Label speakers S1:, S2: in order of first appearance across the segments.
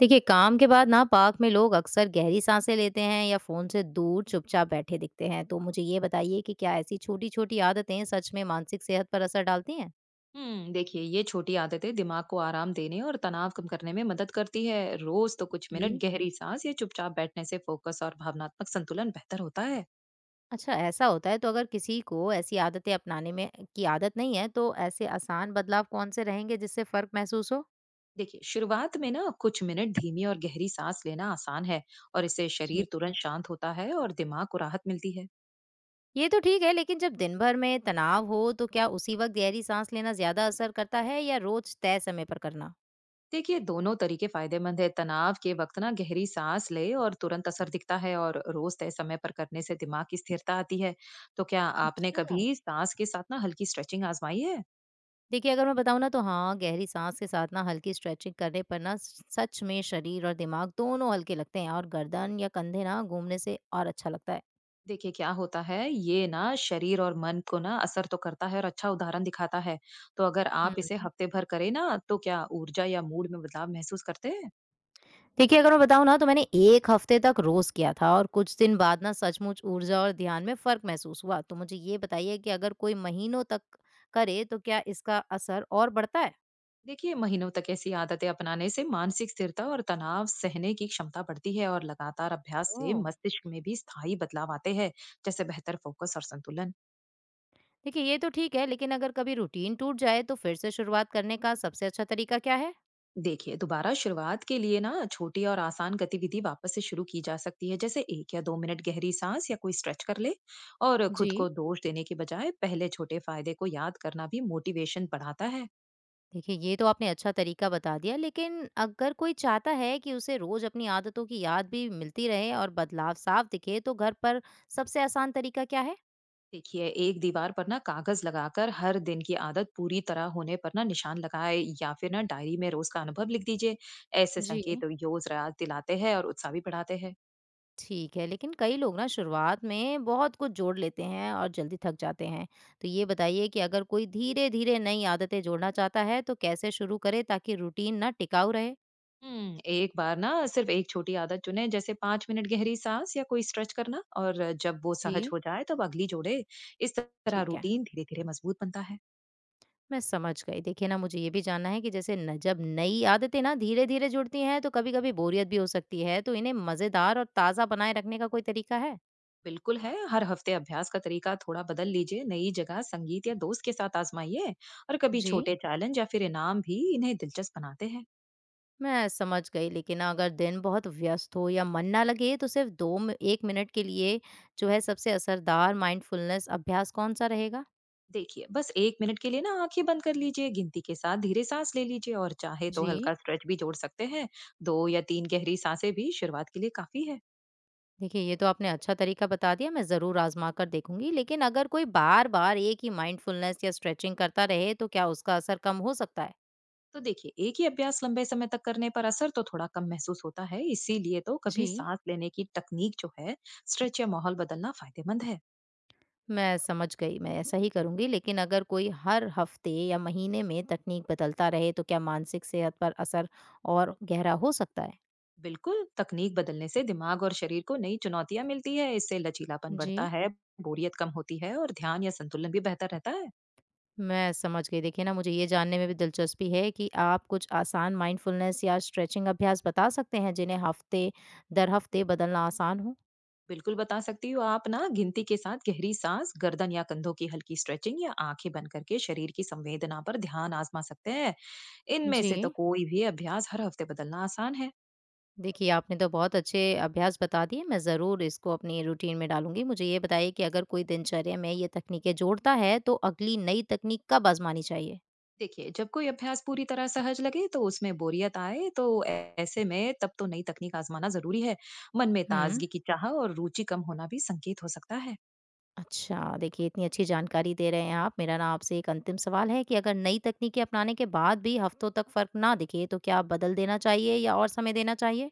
S1: देखिए काम के बाद ना पार्क में लोग अक्सर गहरी सांसें लेते हैं या फोन से दूर चुपचाप बैठे दिखते हैं तो मुझे ये बताइए कि क्या ऐसी छोटी छोटी आदतें सच में मानसिक सेहत पर असर डालती हैं।
S2: देखिए, ये छोटी आदतें दिमाग को आराम देने और तनाव कम करने में मदद करती है। रोज तो कुछ मिनट
S1: जी।
S2: गहरी सांस या चुपचाप बैठने से फोकस और भावनात्मक संतुलन बेहतर होता है।
S1: अच्छा ऐसा होता है तो अगर किसी को ऐसी आदतें अपनाने में की आदत नहीं है तो ऐसे आसान बदलाव कौन से रहेंगे जिससे फर्क महसूस हो।
S2: देखिए, शुरुआत में ना कुछ मिनट धीमी और गहरी सांस लेना आसान है और इससे
S1: जी।
S2: शरीर तुरंत शांत होता है और दिमाग को राहत मिलती है।
S1: ये तो ठीक है लेकिन जब दिन भर में तनाव हो तो क्या उसी वक्त गहरी सांस लेना ज्यादा असर करता है या रोज तय समय पर करना।
S2: देखिए, दोनों तरीके फायदेमंद है। तनाव के वक्त ना गहरी सांस ले और तुरंत असर दिखता है और रोज तय समय पर करने से दिमाग की स्थिरता आती है। तो क्या आपने
S1: अच्छा।
S2: कभी सांस के साथ ना हल्की स्ट्रेचिंग आजमाई है?
S1: देखिए, अगर मैं बताऊँ ना तो हाँ, गहरी साँस के साथ ना हल्की स्ट्रेचिंग करने पर ना स सच में शरीर और दिमाग दोनों हल्के लगते हैं और गर्दन या कंधे ना घूमने से और अच्छा लगता है।
S2: देखिए, क्या होता है ये ना शरीर और मन को ना असर तो करता है और अच्छा उदाहरण दिखाता है। तो अगर
S1: हुँ।
S2: आप इसे हफ्ते भर करें ना तो क्या ऊर्जा या मूड में बदलाव महसूस करते हैं?
S1: देखिए, अगर मैं बताऊँ ना तो मैंने 1 हफ्ते तक रोज़ किया था और कुछ दिन बाद ना सचमुच ऊर्जा और ध्यान में फ़र्क महसूस हुआ। तो मुझे ये बताइए कि अगर कोई महीनों तक करे तो क्या इसका असर और बढ़ता है?
S2: देखिए, महीनों तक ऐसी आदतें अपनाने से मानसिक स्थिरता और तनाव सहने की क्षमता बढ़ती है और लगातार अभ्यास से
S1: ओह!
S2: मस्तिष्क में भी स्थायी बदलाव आते हैं, जैसे बेहतर फोकस और संतुलन।
S1: देखिए, ये तो ठीक है लेकिन अगर कभी रूटीन टूट जाए तो फिर से शुरुआत करने का सबसे अच्छा तरीका क्या है?
S2: देखिए, दोबारा शुरुआत के लिए ना छोटी और आसान गतिविधि वापस से शुरू की जा सकती है, जैसे एक या दो मिनट गहरी सांस या कोई स्ट्रेच कर ले। और
S1: जी।
S2: खुद को दोष देने के बजाय पहले छोटे फायदे को याद करना भी मोटिवेशन बढ़ाता है।
S1: देखिए ये तो आपने अच्छा तरीका बता दिया लेकिन अगर कोई चाहता है कि उसे रोज अपनी आदतों की याद भी मिलती रहे और बदलाव साफ दिखे तो घर पर सबसे आसान तरीका क्या है।
S2: देखिए, एक दीवार पर ना कागज लगाकर हर दिन की आदत पूरी तरह होने पर ना निशान लगाए, या फिर ना डायरी में रोज का अनुभव लिख दीजिए। ऐसे
S1: जी।
S2: संकेत रोज रात दिलाते हैं और उत्साह भी बढ़ाते हैं।
S1: ठीक है लेकिन कई लोग ना शुरुआत में बहुत कुछ जोड़ लेते हैं और जल्दी थक जाते हैं तो ये बताइए कि अगर कोई धीरे धीरे नई आदतें जोड़ना चाहता है तो कैसे शुरू करे ताकि रूटीन ना टिकाऊ रहे।
S2: एक बार ना सिर्फ एक छोटी आदत चुनें, जैसे 5 मिनट गहरी सांस या कोई स्ट्रेच करना, और जब वो सहज
S1: जी।
S2: हो जाए तब अगली जोड़े। इस तरह
S1: ठीक है।
S2: रूटीन धीरे-धीरे मजबूत बनता है।
S1: मैं समझ गई। देखिए ना, मुझे ये भी जानना है कि जैसे न जब नई आदतें ना धीरे-धीरे जुड़ती हैं तो कभी-कभी बोरियत भी हो सकती है, तो इन्हें मज़ेदार और ताज़ा बनाए रखने का कोई तरीका है?
S2: बिल्कुल है, हर हफ्ते अभ्यास का तरीका थोड़ा बदल लीजिए। नई जगह, संगीत या दोस्त के साथ आजमाइए, और कभी
S1: जी।
S2: छोटे चैलेंज या फिर इनाम भी इन्हें दिलचस्प बनाते हैं।
S1: मैं समझ गई लेकिन अगर दिन बहुत व्यस्त हो या मन ना लगे तो सिर्फ 2 म 1 मिनट के लिए जो है सबसे असरदार माइंडफुलनेस अभ्यास कौन-सा रहेगा?
S2: देखिए, बस 1 मिनट के लिए ना आँखें बंद कर लीजिए, गिनती के साथ धीरे सांस ले लीजिए और चाहे तो
S1: जी।
S2: हल्का स्ट्रेच भी जोड़ सकते हैं। 2 या 3 गहरी साँसें भी शुरुआत के लिए काफ़ी है।
S1: देखिए ये तो आपने अच्छा तरीका बता दिया, मैं ज़रूर आज़मा कर देखूँगी। लेकिन अगर कोई बार-बार एक ही माइंडफुलनेस या स्ट्रेचिंग करता रहे तो क्या उसका असर कम हो सकता है?
S2: तो देखिए, एक ही अभ्यास लंबे समय तक करने पर असर तो थोड़ा कम महसूस होता है। इसीलिए तो
S1: जी।
S2: कभी सांस लेने की तकनीक जो है, स्ट्रेच या माहौल बदलना फायदेमंद है।
S1: मैं समझ गई, मैं ऐसा ही करूँगी। लेकिन अगर कोई हर हफ्ते या महीने में तकनीक बदलता रहे तो क्या मानसिक सेहत पर असर और गहरा हो सकता है?
S2: बिल्कुल, तकनीक बदलने से दिमाग और शरीर को नई चुनौतियां मिलती है। इससे लचीलापन
S1: जी।
S2: बढ़ता है, बोरियत कम होती है और ध्यान या संतुलन भी बेहतर रहता है।
S1: मैं समझ गई। देखिए ना, मुझे ये जानने में भी दिलचस्पी है कि आप कुछ आसान माइंडफुलनेस या स्ट्रेचिंग अभ्यास बता सकते हैं जिन्हें हफ्ते दर हफ्ते बदलना आसान हो?
S2: बिल्कुल बता सकती हूँ। आप ना गिनती के साथ गहरी सांस, गर्दन या कंधों की हल्की स्ट्रेचिंग, या आंखें बंद करके शरीर की संवेदना पर ध्यान आजमा सकते हैं। इनमें
S1: जी।
S2: से तो कोई भी अभ्यास हर हफ्ते बदलना आसान है।
S1: देखिए आपने तो बहुत अच्छे अभ्यास बता दिए, मैं ज़रूर इसको अपनी रूटीन में डालूंगी। मुझे ये बताइए कि अगर कोई दिनचर्या में ये तकनीकें जोड़ता है तो अगली नई तकनीक कब आजमानी चाहिए?
S2: देखिए, जब कोई अभ्यास पूरी तरह सहज लगे, तो उसमें बोरियत आए, तो ऐसे में तब तो नई तकनीक आजमाना जरूरी है। मन में
S1: हम्म।
S2: ताजगी की चाह और रुचि कम होना भी संकेत हो सकता है।
S1: अच्छा, देखिए इतनी अच्छी जानकारी दे रहे हैं आप। मेरा ना आपसे एक अंतिम सवाल है कि अगर नई तकनीकें अपनाने के बाद भी हफ्तों तक फ़र्क ना दिखे, तो क्या बदल देना चाहिए या और समय देना चाहिए?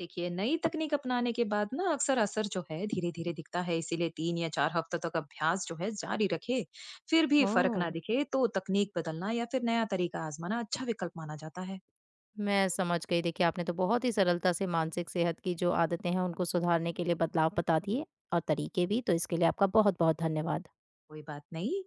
S2: देखिए, नई तकनीक अपनाने के बाद ना अक्सर असर जो है धीरे-धीरे दिखता है। इसीलिए 3 या 4 हफ्तों तक अभ्यास जो है जारी रखे। फिर भी फर्क
S1: ओह!
S2: ना दिखे तो तकनीक बदलना या फिर नया तरीका आजमाना अच्छा विकल्प माना जाता है।
S1: मैं समझ गई। देखिए, आपने तो बहुत ही सरलता से मानसिक सेहत की जो आदतें हैं, उनको सुधारने के लिए बदलाव बता दिए और तरीके भी। तो इसके लिए आपका बहुत-बहुत धन्यवाद।
S2: कोई बात नहीं।